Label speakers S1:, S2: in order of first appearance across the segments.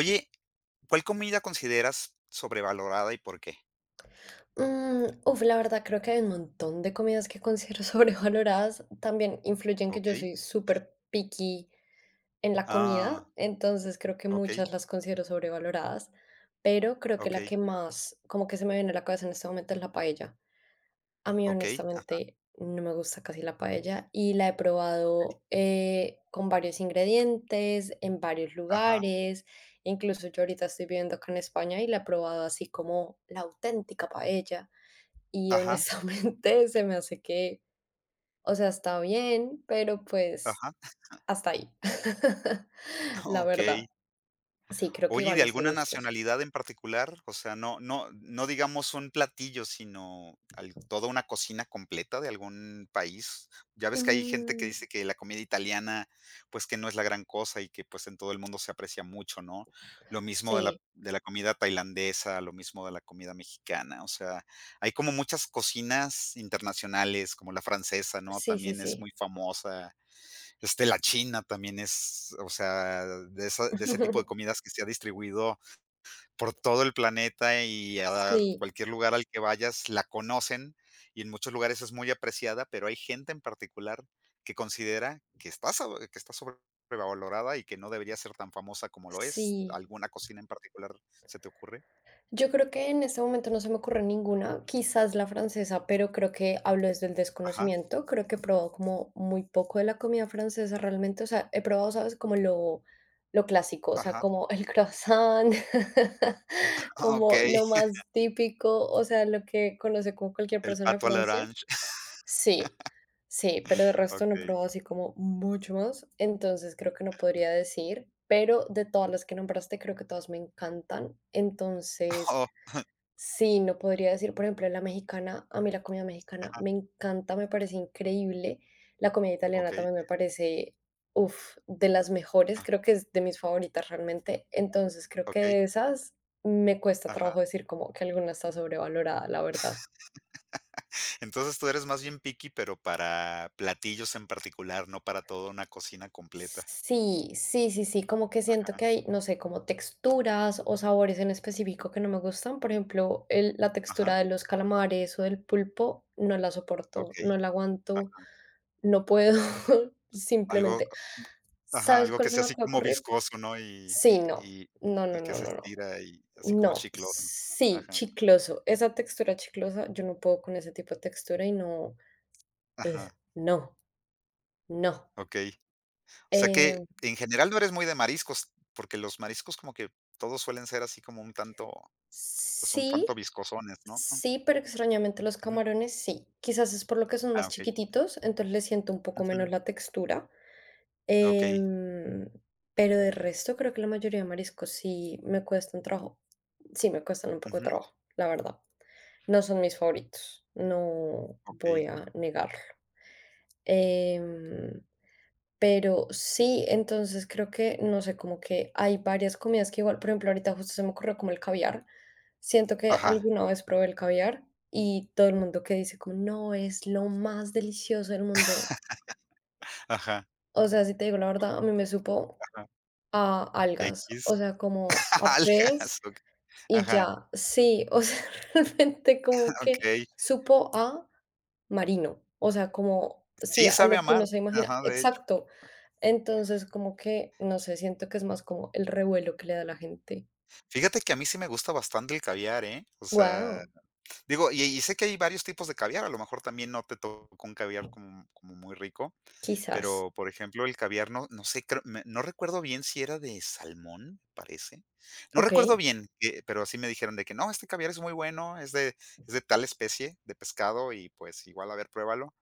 S1: Oye, ¿cuál comida consideras sobrevalorada y por qué?
S2: La verdad creo que hay un montón de comidas que considero sobrevaloradas. También influyen que yo
S1: Okey.
S2: soy súper picky en la comida,
S1: Ah,
S2: entonces creo que
S1: okey,
S2: muchas las considero sobrevaloradas, pero creo que la
S1: okey,
S2: que más como que se me viene a la cabeza en este momento es la paella. A mí
S1: okey, ajá,
S2: honestamente no me gusta casi la paella y la he probado con varios ingredientes, en varios
S1: ajá,
S2: lugares. Incluso yo ahorita estoy viviendo acá en España y la he probado así como la auténtica paella y
S1: ajá,
S2: honestamente se me hace que, o sea, está bien, pero pues
S1: ajá,
S2: hasta ahí. La verdad.
S1: okey.
S2: Sí, creo que
S1: Oye, ¿y
S2: igual
S1: de
S2: es de
S1: alguna
S2: gustos.
S1: nacionalidad en particular? O sea, no digamos un platillo, sino al toda una cocina completa de algún país. Ya ves que hay gente que
S2: Mm,
S1: dice que la comida italiana, pues, que no es la gran cosa y que, pues, en todo el mundo se aprecia mucho, ¿no? Lo mismo de la
S2: sí,
S1: de la comida tailandesa, lo mismo de la comida mexicana. O sea, hay como muchas cocinas internacionales, como la francesa, ¿no?
S2: sí, sí,
S1: También es
S2: sí.
S1: muy famosa. Este, la china también es, o sea, de esa de ese tipo de comidas que se ha distribuido por todo el planeta y a
S2: Sí,
S1: cualquier lugar al que vayas la conocen, y en muchos lugares es muy apreciada, pero hay gente en particular que considera que está sobrevalorada y que no debería ser tan famosa como lo es.
S2: sí.
S1: ¿Alguna cocina en particular se te ocurre?
S2: Yo creo que en este momento no se me ocurre ninguna, quizás la francesa, pero creo que hablo desde el
S1: Ajá,
S2: desconocimiento. Creo que he probado como muy poco de la comida francesa realmente. O sea, he probado, ¿sabes? Como lo clásico, o sea,
S1: ajá,
S2: como el croissant,
S1: ah, ok.
S2: como lo más típico, o sea, lo que conoce como cualquier
S1: El
S2: persona de
S1: pato a la
S2: Francia.
S1: orange,
S2: Sí, sí, pero de resto no he
S1: okey.
S2: probado así como mucho más. Entonces creo que no podría decir, pero de todas las que nombraste, creo que todas me encantan. Entonces...
S1: Oh,
S2: Sí, no podría decir, por ejemplo, la mexicana, a mí la comida mexicana
S1: ajá,
S2: me encanta, me parece increíble. La comida italiana
S1: okey,
S2: también me parece, uff, de las mejores,
S1: ajá,
S2: creo que es de mis favoritas realmente. Entonces, creo que
S1: okey,
S2: de esas me cuesta
S1: ajá.
S2: trabajo decir como que alguna está sobrevalorada, la verdad.
S1: Entonces, tú eres más bien picky, pero para platillos en particular, no para toda una cocina completa.
S2: Sí, sí, sí, sí, como que siento
S1: Ajá,
S2: que hay, no sé, como texturas o sabores en específico que no me gustan. Por ejemplo, la
S1: ajá,
S2: textura de los calamares o del pulpo, no la soporto,
S1: okey.
S2: no la
S1: A
S2: aguanto, no puedo,
S1: algo
S2: simplemente.
S1: ajá,
S2: ¿Sabes
S1: algo
S2: cuál
S1: que
S2: se
S1: sea
S2: me
S1: así
S2: acaba de
S1: como
S2: ocurrir?
S1: viscoso, ¿no? Y y
S2: Sí, no,
S1: y
S2: no,
S1: y
S2: no,
S1: que
S2: no,
S1: se
S2: no, no.
S1: estira y así como
S2: No,
S1: chicloso.
S2: sí,
S1: Ajá,
S2: chicloso. Esa textura chiclosa, yo no puedo con ese tipo de textura y no, ugh,
S1: ajá,
S2: no, no.
S1: okey. O sea
S2: Eh,
S1: que, en general, no eres muy de mariscos, porque los mariscos como que todos suelen ser así como un tanto, pues, un tanto
S2: sí.
S1: viscosones, ¿no? Mm,
S2: Sí, pero extrañamente los
S1: ujú.
S2: camarones sí. Quizás es por lo que son
S1: Ah,
S2: más
S1: okey.
S2: chiquititos, entonces les siento un poco menos
S1: Ujú.
S2: la textura.
S1: Okey.
S2: Em, pero de resto creo que la mayoría de mariscos sí me cuestan trabajo. Sí, me cuestan un poco de
S1: Ujú,
S2: trabajo, la verdad. No son mis favoritos, no
S1: okey.
S2: voy a negarlo. Em, pero sí, entonces creo que, no sé, como que hay varias comidas que igual, por ejemplo, ahorita justo se me ocurrió como el caviar. Siento que
S1: Ajá,
S2: alguna vez probé el caviar y todo el mundo que dice como, no, es lo más delicioso del mundo.
S1: ajá,
S2: O sea, si te digo la verdad, a mí me supo
S1: ajá.
S2: a algas,
S1: Equis.
S2: o sea, como a pez
S1: Algas, ok.
S2: y
S1: Ajá,
S2: ya, sí, o sea, realmente como que
S1: okey.
S2: supo a marino, o sea, como sí,
S1: Sí,
S2: a lo
S1: sabe a
S2: que
S1: mar.
S2: uno se imagina
S1: Ajá, de hecho.
S2: exacto. Entonces, como que, no sé, siento que es más como el revuelo que le da a la gente.
S1: Fíjate que a mí sí me gusta bastante el caviar, ¿eh? O sea,
S2: Wow,
S1: digo, y sé que hay varios tipos de caviar, a lo mejor también no te tocó un caviar como muy rico,
S2: quizás.
S1: pero, por ejemplo, el caviar no sé, creo me no recuerdo bien si era de salmón, parece. No recuerdo
S2: Okey.
S1: bien, pero así me dijeron de que: "No, este caviar es muy bueno, es de tal especie de pescado y, pues, igual, a ver, pruébalo".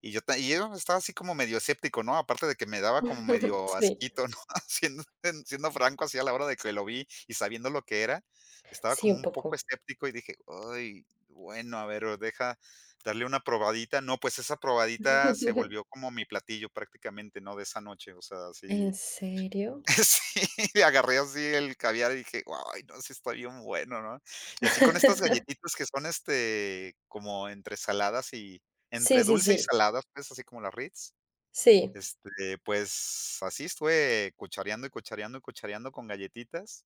S1: Y yo estaba así como medio escéptico, ¿no? Aparte de que me daba como medio
S2: Sí,
S1: asquito, ¿no? Siendo franco, así a la hora de que lo vi y sabiendo lo que era, estaba
S2: sí,
S1: como
S2: un
S1: un poco
S2: poco.
S1: escéptico y dije: "Ay, bueno, a ver, o deja darle una probadita". No, pues esa probadita se volvió como mi platillo prácticamente, ¿no? De esa noche, o sea,
S2: ¿En
S1: así
S2: serio?
S1: Sí, agarré así el caviar y dije: "Ay, no, sí está bien bueno", ¿no? Y así con estas galletitas que son, este, como entre saladas y
S2: Sí,
S1: entre
S2: sí,
S1: dulce y
S2: sí,
S1: saladas, pues, así como las Ritz.
S2: sí,
S1: Este, pues, así estuve cuchareando y cuchareando y cuchareando con galletitas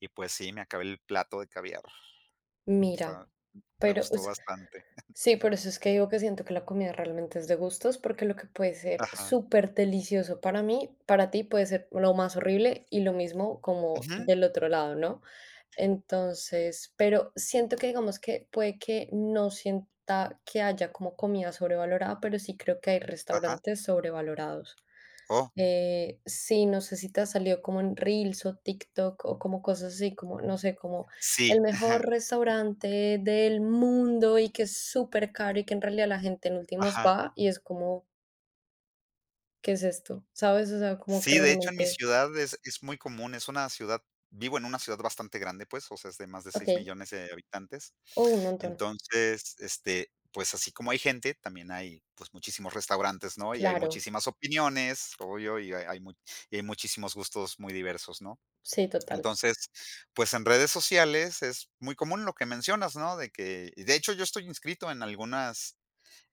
S1: y, pues sí, me acabé el plato de caviar.
S2: mira,
S1: Está Me
S2: pero, o
S1: gustó bastante.
S2: sí, por eso es que digo que siento que la comida realmente es de gustos, porque lo que puede ser
S1: Ajá.
S2: súper delicioso para mí, para ti puede ser lo más horrible y lo mismo como
S1: Ujú.
S2: del otro lado, ¿no? Entonces, pero siento que digamos que puede que no sienta que haya como comida sobrevalorada, pero sí creo que hay
S1: Ajá.
S2: restaurantes sobrevalorados.
S1: Oh,
S2: Sí, no sé si te salió como en Reels o TikTok o como cosas así, como, no sé, como
S1: sí.
S2: el mejor restaurante del mundo y que es súper caro y que en realidad la gente en últimas
S1: Ajá.
S2: va y es como, ¿qué es esto? ¿Sabes? O sea, como que
S1: Sí, de hecho, en mi
S2: realmente,
S1: ciudad es muy común, es una ciudad vivo en una ciudad bastante grande, pues, o sea, es de más de
S2: ok,
S1: 6 millones de habitantes.
S2: oh, un montón.
S1: Entonces, este, pues, así como hay gente, también hay, pues, muchísimos restaurantes, ¿no? Y hay
S2: Claro,
S1: muchísimas opiniones, obvio, y hay hay mu y hay muchísimos gustos muy diversos, ¿no?
S2: sí, total.
S1: Entonces, pues, en redes sociales es muy común lo que mencionas, ¿no? De que y de hecho, yo estoy inscrito en algunas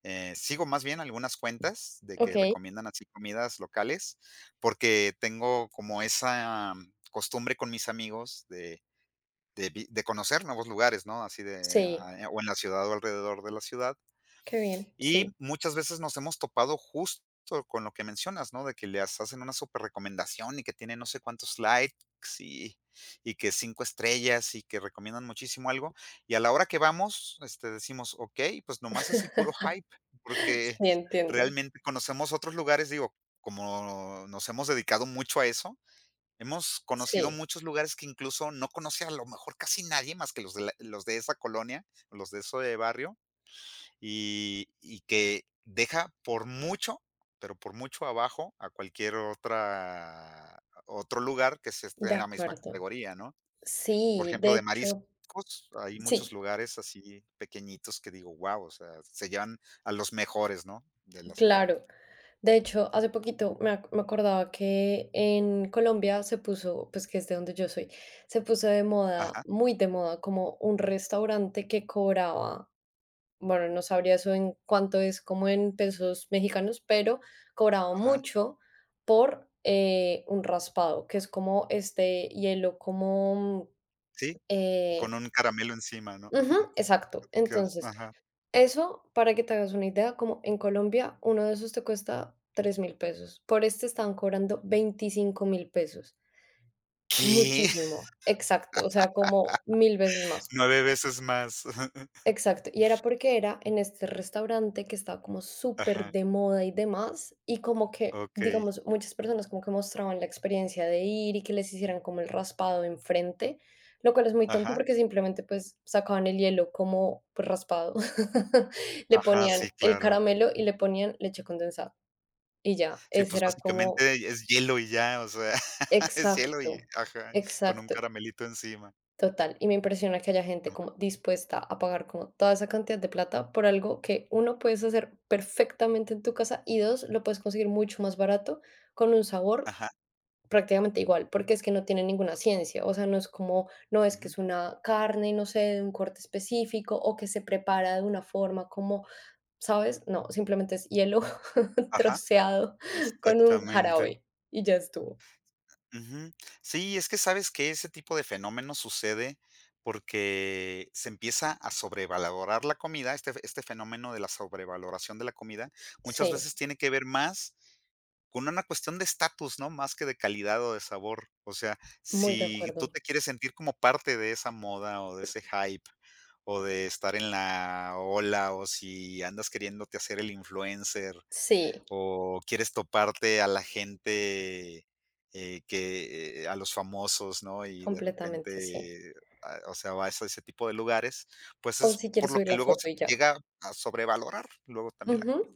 S1: sigo más bien algunas cuentas de
S2: Ok,
S1: que recomiendan así comidas locales, porque tengo como esa costumbre con mis amigos de vi de conocer nuevos lugares, ¿no? Así de,
S2: sí,
S1: ah, o en la ciudad o alrededor de la ciudad.
S2: qué bien,
S1: Y
S2: sí.
S1: muchas veces nos hemos topado justo con lo que mencionas, ¿no? De que les hacen una super recomendación y que tiene no sé cuántos likes y, y que 5 estrellas y que recomiendan muchísimo algo. Y a la hora que vamos, este, decimos, ok, pues nomás es el puro hype, porque
S2: Sí, entiendo.
S1: realmente conocemos otros lugares, digo, como nos hemos dedicado mucho a eso, hemos conocido
S2: Sí,
S1: muchos lugares que incluso no conoce a lo mejor casi nadie más que los de esa colonia, los de ese barrio y que deja por mucho, pero por mucho abajo a cualquier otro lugar que se esté
S2: de
S1: en la misma
S2: acuerdo.
S1: categoría, ¿no? Por
S2: Sí,
S1: ejemplo,
S2: de
S1: de mariscos,
S2: hecho,
S1: hay muchos
S2: sí.
S1: lugares así pequeñitos que digo, wow, o sea, se llevan a los mejores, ¿no? De la ciudad.
S2: Claro. De hecho, hace poquito me acordaba que en Colombia se puso, pues que es de donde yo soy, se puso de moda,
S1: Ajá,
S2: muy de moda, como un restaurante que cobraba, bueno, no sabría eso en cuánto es como en pesos mexicanos, pero cobraba
S1: ajá,
S2: mucho por un raspado, que es como este hielo, como...
S1: sí,
S2: eh,
S1: con un caramelo encima, ¿no?
S2: ujú, exacto.
S1: Que as
S2: Entonces...
S1: ajá.
S2: Eso, para que te hagas una idea, como en Colombia, uno de esos te cuesta 3.000 pesos. Por este estaban cobrando 25.000 pesos.
S1: ¿Qué?
S2: Muchísimo, exacto, o sea, como 1000 veces más.
S1: 9 veces más.
S2: Exacto, y era porque era en este restaurante que estaba como súper
S1: Ajá,
S2: de moda y demás, y como que,
S1: okey.
S2: digamos, muchas personas como que mostraban la experiencia de ir y que les hicieran como el raspado enfrente, lo cual es muy tonto
S1: Ajá,
S2: porque simplemente pues sacaban el hielo como pues raspado, le
S1: ajá,
S2: ponían
S1: sí,
S2: el
S1: claro.
S2: caramelo y le ponían leche condensada y ya,
S1: Sí,
S2: ese
S1: pues,
S2: era como,
S1: básicamente es hielo y ya, o sea, es hielo y
S2: exacto,
S1: ajá, con un
S2: exacto.
S1: caramelito encima.
S2: Total, y me impresiona que haya gente como dispuesta a pagar como toda esa cantidad de plata por algo que uno puedes hacer perfectamente en tu casa y dos, lo puedes conseguir mucho más barato con un sabor
S1: Ajá,
S2: prácticamente igual, porque es que no tiene ninguna ciencia, o sea, no es como, no es que
S1: ujú,
S2: es una carne, no sé, de un corte específico o que se prepara de una forma como, ¿sabes? No, simplemente es hielo
S1: ajá,
S2: troceado con un
S1: exactamente.
S2: jarabe y ya estuvo.
S1: Ujú. Sí, es que sabes que ese tipo de fenómeno sucede porque se empieza a sobrevalorar la comida, este fenómeno de la sobrevaloración de la comida muchas
S2: Sí,
S1: veces tiene que ver más con una cuestión de estatus, ¿no? Más que de calidad o de sabor. O sea,
S2: muy de
S1: si tú
S2: acuerdo.
S1: te quieres sentir como parte de esa moda o de ese hype o de estar en la ola o si andas queriéndote hacer el influencer
S2: Sí,
S1: o quieres toparte a la gente, a los famosos, ¿no? Y de
S2: completamente sí.
S1: repente, ah, o sea, vas a ese tipo de lugares, pues
S2: O
S1: es
S2: si
S1: por
S2: quieres
S1: lo
S2: subir
S1: que
S2: la
S1: luego
S2: foto
S1: se
S2: y ya.
S1: llega a sobrevalorar luego también la
S2: Ujú.
S1: comida,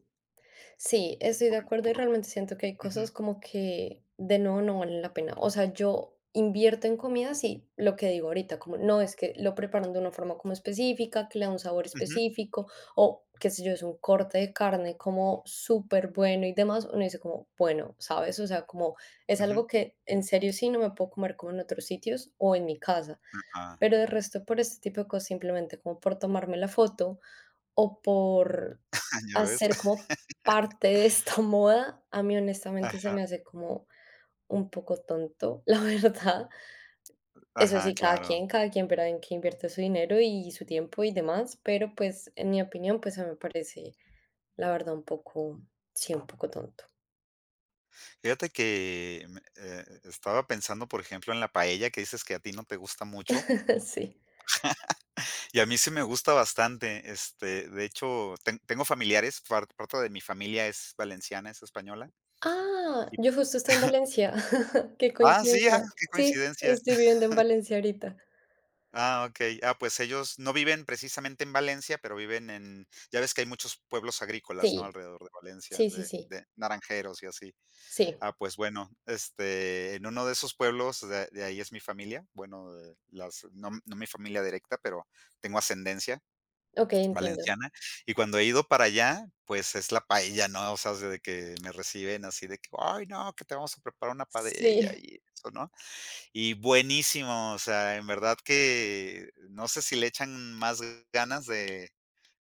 S2: Sí, estoy de
S1: por el
S2: acuerdo y
S1: puro
S2: realmente
S1: hype.
S2: siento que hay cosas
S1: Ujú,
S2: como que de nuevo no valen la pena. O sea, yo invierto en comidas y lo que digo ahorita, como no es que lo preparan de una forma como específica, que le da un sabor
S1: ujú,
S2: específico o qué sé yo, es un corte de carne como súper bueno y demás. Uno dice como, bueno, ¿sabes? O sea, como es
S1: ujú,
S2: algo que en serio sí no me puedo comer como en otros sitios o en mi casa.
S1: ajá,
S2: Pero de resto por este tipo de cosas, simplemente como por tomarme la foto o por
S1: ya ves.
S2: hacer como parte de esta moda, a mí honestamente se
S1: Ajá,
S2: me hace como un poco tonto, la verdad. Eso
S1: ajá,
S2: sí,
S1: claro.
S2: cada quien verá en qué invierte su dinero y su tiempo y demás, pero pues en mi opinión, pues a mí me parece, la verdad, un poco, sí, un poco tonto.
S1: Fíjate que, estaba pensando, por ejemplo, en la paella que dices que a ti no te gusta mucho.
S2: Sí.
S1: Y a mí sí me gusta bastante, este, de hecho, tengo familiares, parte de mi familia es valenciana, es española.
S2: Ah,
S1: Y
S2: yo justo estoy en Valencia. Qué
S1: ah, sí,
S2: coincidencia.
S1: ah, qué
S2: Sí,
S1: coincidencia.
S2: estoy viviendo en Valencia ahorita.
S1: Ah, okey. Ah, pues ellos no viven precisamente en Valencia, pero viven en ya ves que hay muchos pueblos agrícolas, ¿no?
S2: Sí,
S1: Alrededor de Valencia,
S2: sí, sí,
S1: de
S2: sí,
S1: de naranjeros y así.
S2: sí.
S1: Ah, pues bueno, este, en uno de esos pueblos de ahí es mi familia, bueno, de las no no mi familia directa, pero tengo ascendencia.
S2: Okey, entiendo.
S1: Valenciana, y cuando he ido para allá, pues es la paella, ¿no? O sea, de que me reciben así de que: "Ay, no, que te vamos a preparar una
S2: Sí,
S1: paella", y eso, ¿no? Y buenísimo, o sea, en verdad que no sé si le echan más ganas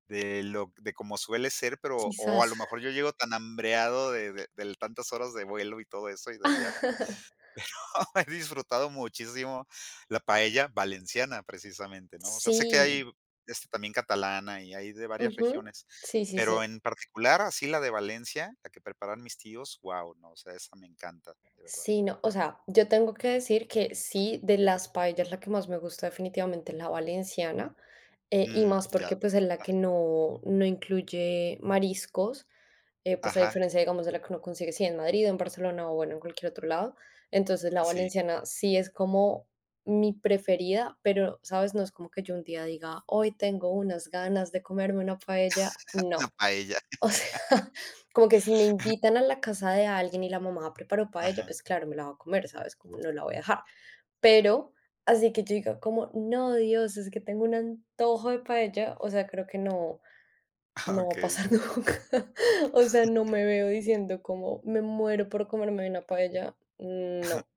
S1: de lo de como suele ser, pero o a
S2: quizás.
S1: lo mejor yo llego tan hambreado de tantas horas de vuelo y todo eso, y del viaje. He disfrutado muchísimo la paella valenciana, precisamente, ¿no? O sea, sé que
S2: Sí,
S1: hay, este, también catalana y hay de varias
S2: ujú.
S1: regiones,
S2: Sí, sí, sí.
S1: pero en particular, así la de Valencia, la que preparan mis tíos, ¡wow! No, o sea, esa me encanta, de verdad.
S2: Sí, no, o sea, yo tengo que decir que sí, de las paellas la que más me gusta definitivamente es la valenciana, y
S1: Mm,
S2: más
S1: ya,
S2: porque pues es la que no, no incluye mariscos, pues a
S1: ajá,
S2: diferencia, digamos, de la que uno consigue, sí, en Madrid, en Barcelona o bueno, en cualquier otro lado. Entonces la
S1: sí,
S2: valenciana sí es como mi preferida, pero, ¿sabes? No es como que yo un día diga, hoy tengo unas ganas de comerme una paella.
S1: una
S2: No.
S1: paella,
S2: O sea, como que si me invitan a la casa de alguien y la mamá preparó paella,
S1: ajá,
S2: pues claro, me la voy a comer, ¿sabes? Como no la voy a dejar. Pero así que yo diga como, no, Dios, es que tengo un antojo de paella, o sea, creo que no, no va a
S1: okey,
S2: pasar nunca. O sea, no me veo diciendo como, me muero por comerme una paella. No,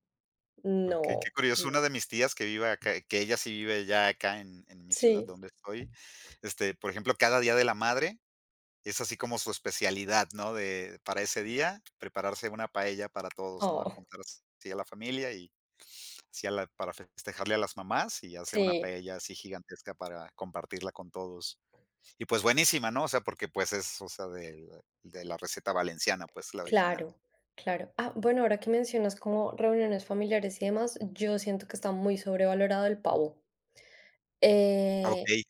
S1: okey, qué
S2: no,
S1: curioso. Una
S2: no.
S1: de mis tías que vive acá, que ella sí vive ya acá en mi ciudad
S2: Sí,
S1: donde estoy, este, por ejemplo, cada Día de la Madre Es así como su especialidad, ¿no? De para ese día, prepararse una paella para todos, ¿no? A
S2: oh,
S1: juntar así a la familia y así a la para festejarle a las mamás y hace una
S2: sí.
S1: paella así gigantesca para compartirla con todos. Y, pues, buenísima, ¿no? O sea, porque, pues, es, o sea, de la receta valenciana, pues, la original.
S2: Claro, claro. Ah, bueno, ahora que mencionas como reuniones familiares y demás, yo siento que está muy sobrevalorado el pavo.
S1: Ah,
S2: Eh,
S1: okey,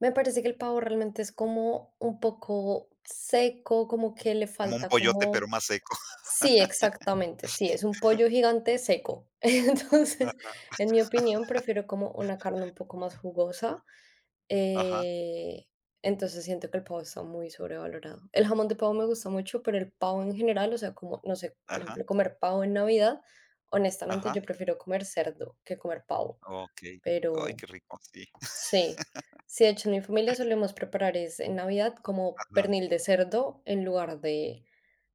S2: me parece que el pavo realmente es como un poco seco, como que le
S1: como un
S2: falta
S1: pollote, pero
S2: como...
S1: más seco.
S2: Sí, exactamente, sí, es un pollo gigante seco. Entonces,
S1: Ah,
S2: en mi opinión, prefiero como una carne un poco más jugosa.
S1: ajá,
S2: Eh, entonces siento que el pavo está muy sobrevalorado. El jamón de pavo me gusta mucho, pero el pavo en general, o sea, como, no sé, por
S1: ajá,
S2: ejemplo, comer pavo en Navidad, honestamente
S1: ajá.
S2: yo prefiero comer cerdo que comer pavo,
S1: Okey. Ay,
S2: pero
S1: qué rico, sí.
S2: sí. Sí, de hecho, en mi familia solemos preparar es en Navidad como
S1: Ajá,
S2: pernil de cerdo en lugar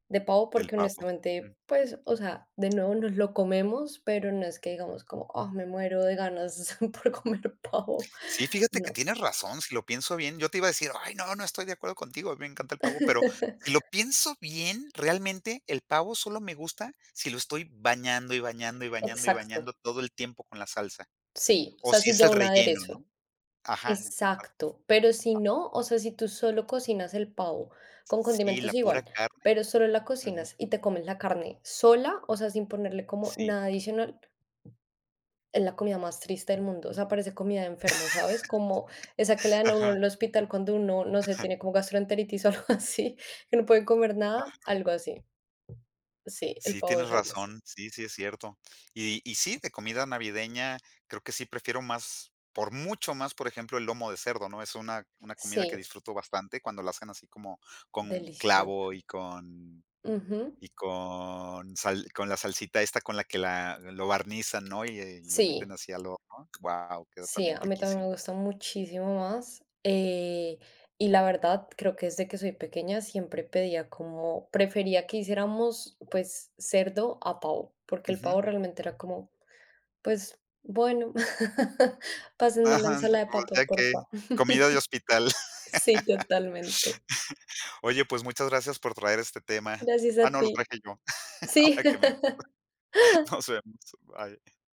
S2: de pavo,
S1: del
S2: porque
S1: pavo.
S2: honestamente, pues, o sea, de nuevo nos lo comemos, pero no es que digamos como, oh, me muero de ganas por comer pavo.
S1: Sí, fíjate que
S2: No.
S1: tienes razón, si lo pienso bien, yo te iba a decir: "Ay, no, no estoy de acuerdo contigo, a mí me encanta el pavo", pero si lo pienso bien, realmente el pavo solo me gusta si lo estoy bañando, y bañando, y bañando, y
S2: Exacto.
S1: bañando todo el tiempo con la salsa,
S2: Sí, o
S1: o
S2: sea,
S1: si
S2: sí
S1: es
S2: ya
S1: el
S2: un
S1: relleno,
S2: aderezo.
S1: ¿no? Ajá. a-
S2: Exacto, pero si
S1: a-
S2: no, o sea, si tú solo cocinas el pavo con
S1: Sí,
S2: condimentos
S1: la pura
S2: igual,
S1: carne.
S2: pero solo la
S1: Ujú.
S2: cocinas y te comes la carne sola, o sea, sin ponerle como
S1: Sí.
S2: nada adicional, es la comida más triste del mundo. O sea, parece comida de enfermo, ¿sabes? Como esa que le dan a uno en
S1: Ajá.
S2: el hospital cuando uno, no sé, tiene como gastroenteritis o algo así, que no puede comer nada, algo así. Sí, el
S1: Sí,
S2: pavo
S1: tienes
S2: es algo así.
S1: razón. Sí, sí, es cierto. Y sí, de comida navideña, creo que sí prefiero más, por mucho más, por ejemplo, el lomo de cerdo, ¿no? Es una comida que
S2: Sí,
S1: disfruto bastante cuando la hacen así como con clavo
S2: delicioso.
S1: y con
S2: Ujú,
S1: y con sal con la salsita esta con la que la lo barnizan, ¿no? Y lo meten
S2: sí.
S1: así al horno. Wow, queda
S2: Sí,
S1: también
S2: a mí también me
S1: riquísimo.
S2: gusta muchísimo más. Y la verdad, creo que desde que soy pequeña siempre pedía como, prefería que hiciéramos pues cerdo a pavo, porque el
S1: Ujú.
S2: pavo realmente era como, pues bueno, pásenme la
S1: Ajá,
S2: ensalada de
S1: o
S2: papa,
S1: sea que
S2: porfa.
S1: comida de hospital.
S2: Sí, totalmente.
S1: Oye, pues muchas gracias por traer este tema.
S2: Gracias
S1: Ah,
S2: a
S1: no, lo
S2: ti.
S1: traje yo,
S2: Sí.
S1: ahora que me Nos vemos. Bye.